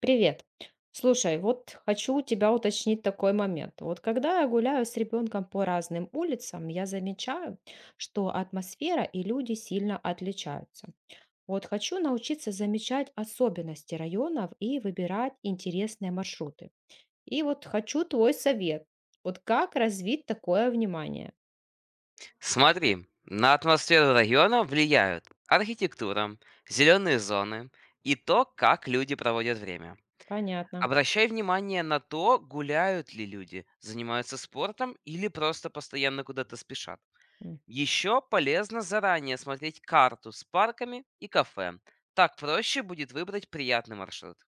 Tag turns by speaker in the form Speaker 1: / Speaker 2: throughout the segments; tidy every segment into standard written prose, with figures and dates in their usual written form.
Speaker 1: Привет. Слушай, вот хочу у тебя уточнить такой момент. Вот когда я гуляю с ребенком по разным улицам, я замечаю, что атмосфера и люди сильно отличаются. Вот хочу научиться замечать особенности районов и выбирать интересные маршруты. И вот хочу твой совет. Вот как развить такое внимание?
Speaker 2: Смотри, на атмосферу района влияют архитектура, зеленые зоны и то, как люди проводят время.
Speaker 1: Понятно.
Speaker 2: Обращай внимание на то, гуляют ли люди, занимаются спортом или просто постоянно куда-то спешат. Еще полезно заранее смотреть карту с парками и кафе. Так проще будет выбрать приятный маршрут.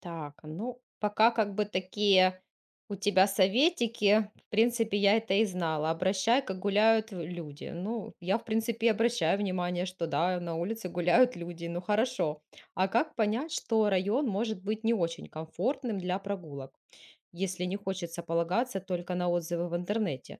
Speaker 1: Так, ну, пока как бы такие у тебя советики. В принципе, я это и знала. Обращай, как гуляют люди. Ну, я, в принципе, и обращаю внимание, что да, на улице гуляют люди. Ну, хорошо. А как понять, что район может быть не очень комфортным для прогулок, если не хочется полагаться только на отзывы в интернете?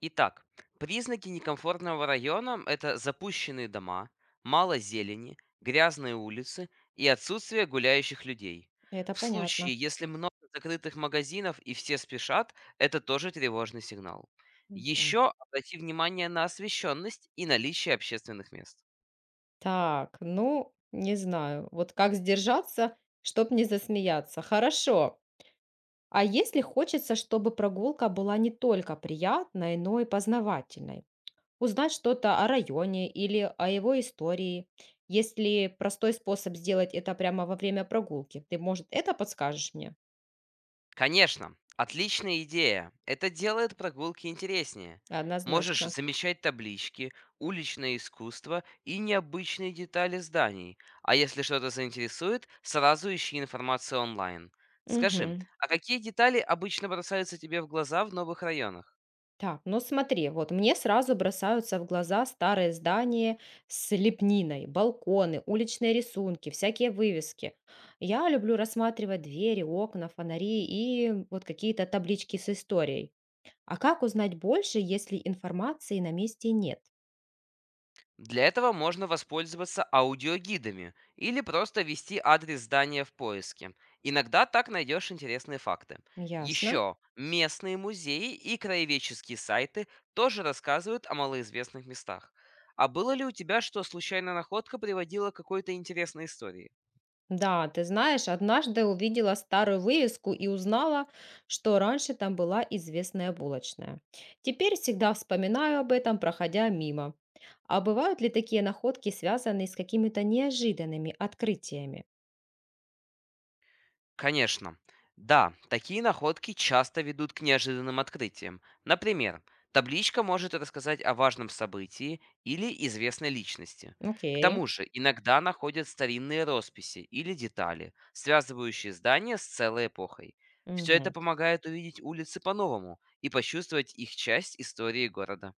Speaker 2: Итак, признаки некомфортного района– это запущенные дома, мало зелени, грязные улицы и отсутствие гуляющих людей.
Speaker 1: Это
Speaker 2: В
Speaker 1: понятно.
Speaker 2: случае, если много закрытых магазинов и все спешат, это тоже тревожный сигнал.
Speaker 1: Мгм.
Speaker 2: Еще обрати внимание на освещенность и наличие общественных мест.
Speaker 1: Так, ну, не знаю. Вот как сдержаться, чтоб не засмеяться. Хорошо. А если хочется, чтобы прогулка была не только приятной, но и познавательной? Узнать что-то о районе или о его истории. Есть ли простой способ сделать это прямо во время прогулки? Ты, может, это подскажешь мне?
Speaker 2: Конечно, отличная идея. Это делает прогулки интереснее. Можешь
Speaker 1: Однозначно.
Speaker 2: замечать таблички, уличное искусство и необычные детали зданий. А если что-то заинтересует, сразу ищи информацию онлайн. Скажи,
Speaker 1: Мгм.
Speaker 2: а какие детали обычно бросаются тебе в глаза в новых районах?
Speaker 1: Так, ну смотри, вот мне сразу бросаются в глаза старые здания с лепниной, балконы, уличные рисунки, всякие вывески. Я люблю рассматривать двери, окна, фонари и вот какие-то таблички с историей. А как узнать больше, если информации на месте нет?
Speaker 2: Для этого можно воспользоваться аудиогидами или просто ввести адрес здания в поиске. Иногда так найдешь интересные факты.
Speaker 1: Ясно.
Speaker 2: Еще местные музеи и краеведческие сайты тоже рассказывают о малоизвестных местах. А было ли у тебя, что случайная находка приводила к какой-то интересной истории?
Speaker 1: Да, ты знаешь, однажды увидела старую вывеску и узнала, что раньше там была известная булочная. Теперь всегда вспоминаю об этом, проходя мимо. А бывают ли такие находки, связанные с какими-то неожиданными открытиями?
Speaker 2: Конечно. Да, такие находки часто ведут к неожиданным открытиям. Например, табличка может рассказать о важном событии или известной личности. К
Speaker 1: Окей.
Speaker 2: тому же, иногда находят старинные росписи или детали, связывающие здание с целой эпохой. Все это
Speaker 1: Мгм.
Speaker 2: помогает увидеть улицы по-новому и почувствовать их часть истории города.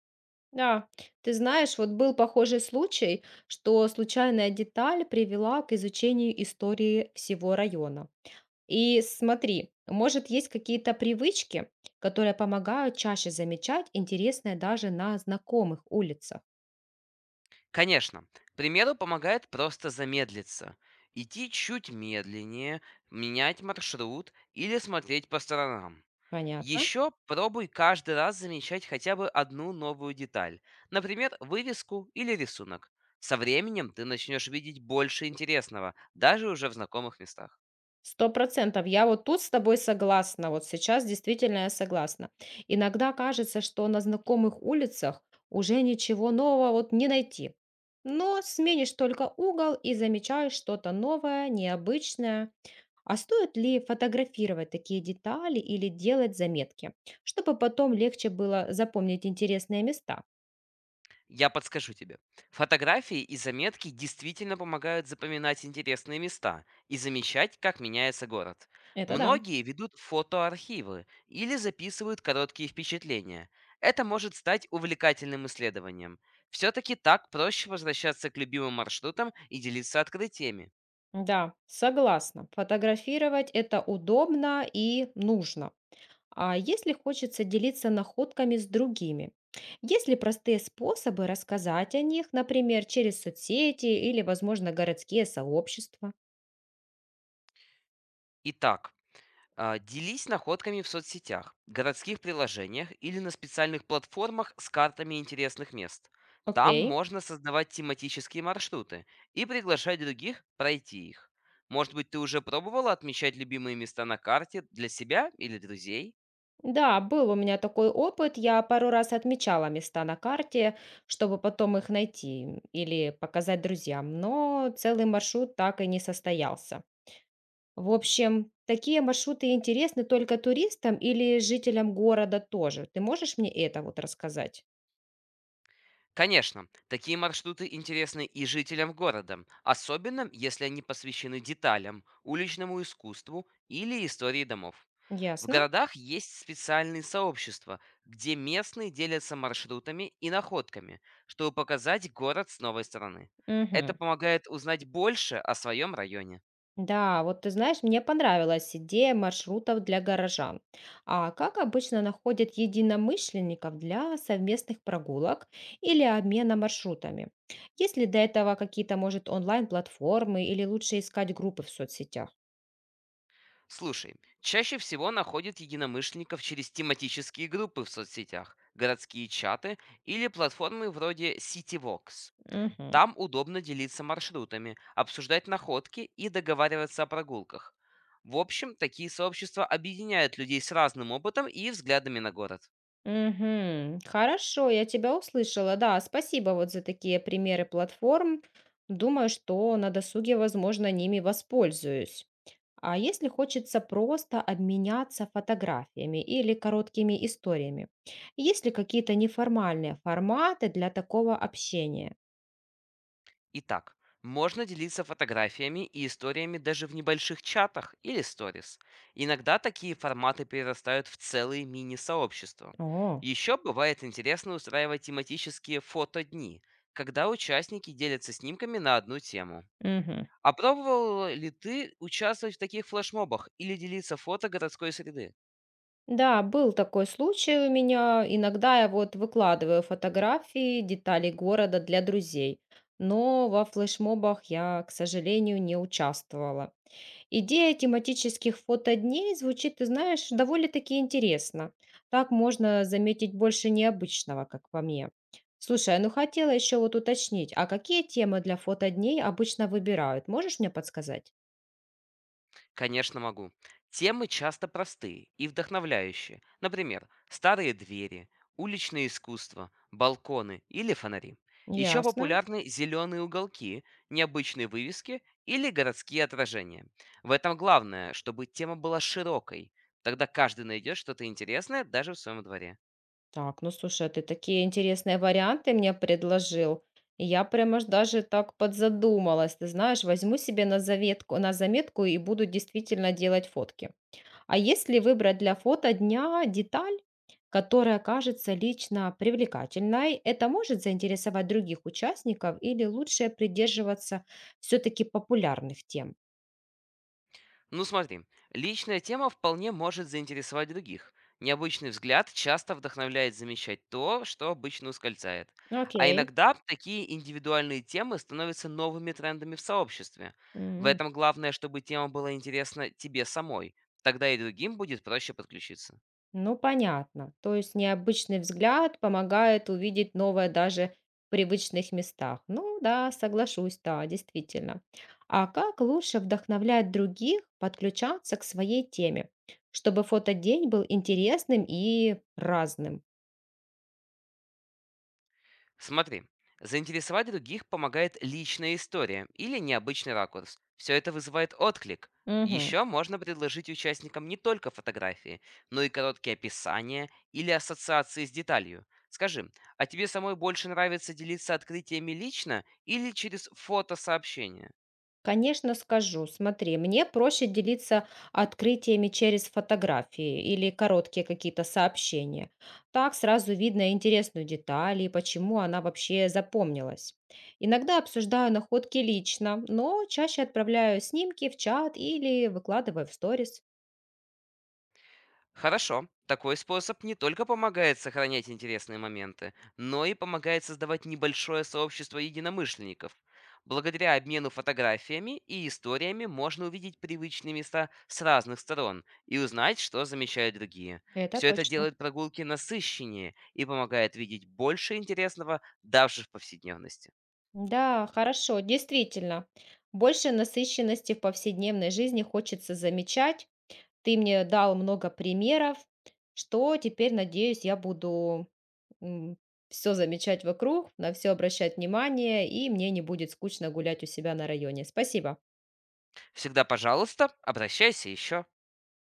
Speaker 1: Да, ты знаешь, вот был похожий случай, что случайная деталь привела к изучению истории всего района. И смотри, может, есть какие-то привычки, которые помогают чаще замечать интересное даже на знакомых улицах.
Speaker 2: Конечно, к примеру, помогает просто замедлиться. Идти чуть медленнее, менять маршрут или смотреть по сторонам.
Speaker 1: Понятно?
Speaker 2: Еще пробуй каждый раз замечать хотя бы одну новую деталь, например, вывеску или рисунок. Со временем ты начнешь видеть больше интересного, даже уже в знакомых местах.
Speaker 1: 100%. Я вот тут с тобой согласна. Вот сейчас действительно я согласна. Иногда кажется, что на знакомых улицах уже ничего нового вот не найти. Но сменишь только угол и замечаешь что-то новое, необычное. А стоит ли фотографировать такие детали или делать заметки, чтобы потом легче было запомнить интересные места?
Speaker 2: Я подскажу тебе. Фотографии и заметки действительно помогают запоминать интересные места и замечать, как меняется город.
Speaker 1: Это да.
Speaker 2: Многие ведут фотоархивы или записывают короткие впечатления. Это может стать увлекательным исследованием. Все-таки так проще возвращаться к любимым маршрутам и делиться открытиями.
Speaker 1: Да, согласна. Фотографировать это удобно и нужно. А если хочется делиться находками с другими? Есть ли простые способы рассказать о них, например, через соцсети или, возможно, городские сообщества?
Speaker 2: Итак, делись находками в соцсетях, городских приложениях или на специальных платформах с картами интересных мест. Там
Speaker 1: Окей.
Speaker 2: можно создавать тематические маршруты и приглашать других пройти их. Может быть, ты уже пробовала отмечать любимые места на карте для себя или друзей?
Speaker 1: Да, был у меня такой опыт. Я пару раз отмечала места на карте, чтобы потом их найти или показать друзьям, но целый маршрут так и не состоялся. В общем, такие маршруты интересны только туристам или жителям города тоже. Ты можешь мне это вот рассказать?
Speaker 2: Конечно, такие маршруты интересны и жителям города, особенно если они посвящены деталям, уличному искусству или истории домов. В
Speaker 1: Ясно?
Speaker 2: городах есть специальные сообщества, где местные делятся маршрутами и находками, чтобы показать город с новой стороны. Это
Speaker 1: Мгм.
Speaker 2: помогает узнать больше о своем районе.
Speaker 1: Да, вот ты знаешь, мне понравилась идея маршрутов для горожан. А как обычно находят единомышленников для совместных прогулок или обмена маршрутами? Есть ли до этого какие-то, может, онлайн-платформы или лучше искать группы в соцсетях?
Speaker 2: Слушай, чаще всего находят единомышленников через тематические группы в соцсетях, городские чаты или платформы вроде CityVox.
Speaker 1: Мгм.
Speaker 2: Там удобно делиться маршрутами, обсуждать находки и договариваться о прогулках. В общем, такие сообщества объединяют людей с разным опытом и взглядами на город.
Speaker 1: Мгм. Хорошо, я тебя услышала. Да, спасибо вот за такие примеры платформ. Думаю, что на досуге, возможно, ними воспользуюсь. А если хочется просто обменяться фотографиями или короткими историями? Есть ли какие-то неформальные форматы для такого общения?
Speaker 2: Итак, можно делиться фотографиями и историями даже в небольших чатах или сторис. Иногда такие форматы перерастают в целые мини-сообщества.
Speaker 1: О.
Speaker 2: Еще бывает интересно устраивать тематические фотодни, когда участники делятся снимками на одну тему.
Speaker 1: Мгм.
Speaker 2: А пробовал ли ты участвовать в таких флешмобах или делиться фото городской среды?
Speaker 1: Да, был такой случай у меня. Иногда я вот выкладываю фотографии деталей города для друзей, но во флешмобах я, к сожалению, не участвовала. Идея тематических фотодней звучит, ты знаешь, довольно-таки интересно. Так можно заметить больше необычного, как по мне. Слушай, а ну хотела еще вот уточнить, а какие темы для фотодней обычно выбирают? Можешь мне подсказать?
Speaker 2: Конечно, могу. Темы часто простые и вдохновляющие. Например, старые двери, уличное искусство, балконы или фонари. Еще
Speaker 1: Ясно.
Speaker 2: популярны зеленые уголки, необычные вывески или городские отражения. В этом главное, чтобы тема была широкой. Тогда каждый найдет что-то интересное даже в своем дворе.
Speaker 1: Так, ну слушай, а ты такие интересные варианты мне предложил. Я прямо аж даже так подзадумалась. Ты знаешь, возьму себе на заветку, на заметку и буду действительно делать фотки. А если выбрать для фото дня деталь, которая кажется лично привлекательной, это может заинтересовать других участников или лучше придерживаться все-таки популярных тем?
Speaker 2: Ну смотри, личная тема вполне может заинтересовать других. Необычный взгляд часто вдохновляет замечать то, что обычно ускользает. А
Speaker 1: Окей.
Speaker 2: иногда такие индивидуальные темы становятся новыми трендами в сообществе. В
Speaker 1: М.
Speaker 2: этом главное, чтобы тема была интересна тебе самой. Тогда и другим будет проще подключиться.
Speaker 1: Ну, понятно. То есть необычный взгляд помогает увидеть новое даже в привычных местах. Ну да, соглашусь, да, действительно. А как лучше вдохновлять других подключаться к своей теме, чтобы фотодень был интересным и разным?
Speaker 2: Смотри, заинтересовать других помогает личная история или необычный ракурс. Все это вызывает отклик. Еще можно предложить участникам не только фотографии, но и короткие описания или ассоциации с деталью. Скажи, а тебе самой больше нравится делиться открытиями лично или через фотосообщение?
Speaker 1: Конечно, скажу. Смотри, мне проще делиться открытиями через фотографии или короткие какие-то сообщения. Так сразу видно интересную деталь и почему она вообще запомнилась. Иногда обсуждаю находки лично, но чаще отправляю снимки в чат или выкладываю в сторис.
Speaker 2: Хорошо. Такой способ не только помогает сохранять интересные моменты, но и помогает создавать небольшое сообщество единомышленников. Благодаря обмену фотографиями и историями можно увидеть привычные места с разных сторон и узнать, что замечают другие.
Speaker 1: Это
Speaker 2: Все это
Speaker 1: точно.
Speaker 2: делает прогулки насыщеннее и помогает видеть больше интересного даже в повседневности.
Speaker 1: Да, хорошо, действительно. Больше насыщенности в повседневной жизни хочется замечать. Ты мне дал много примеров, что теперь, надеюсь, я буду все замечать вокруг, на все обращать внимание, и мне не будет скучно гулять у себя на районе. Спасибо.
Speaker 2: Всегда, пожалуйста, обращайся еще.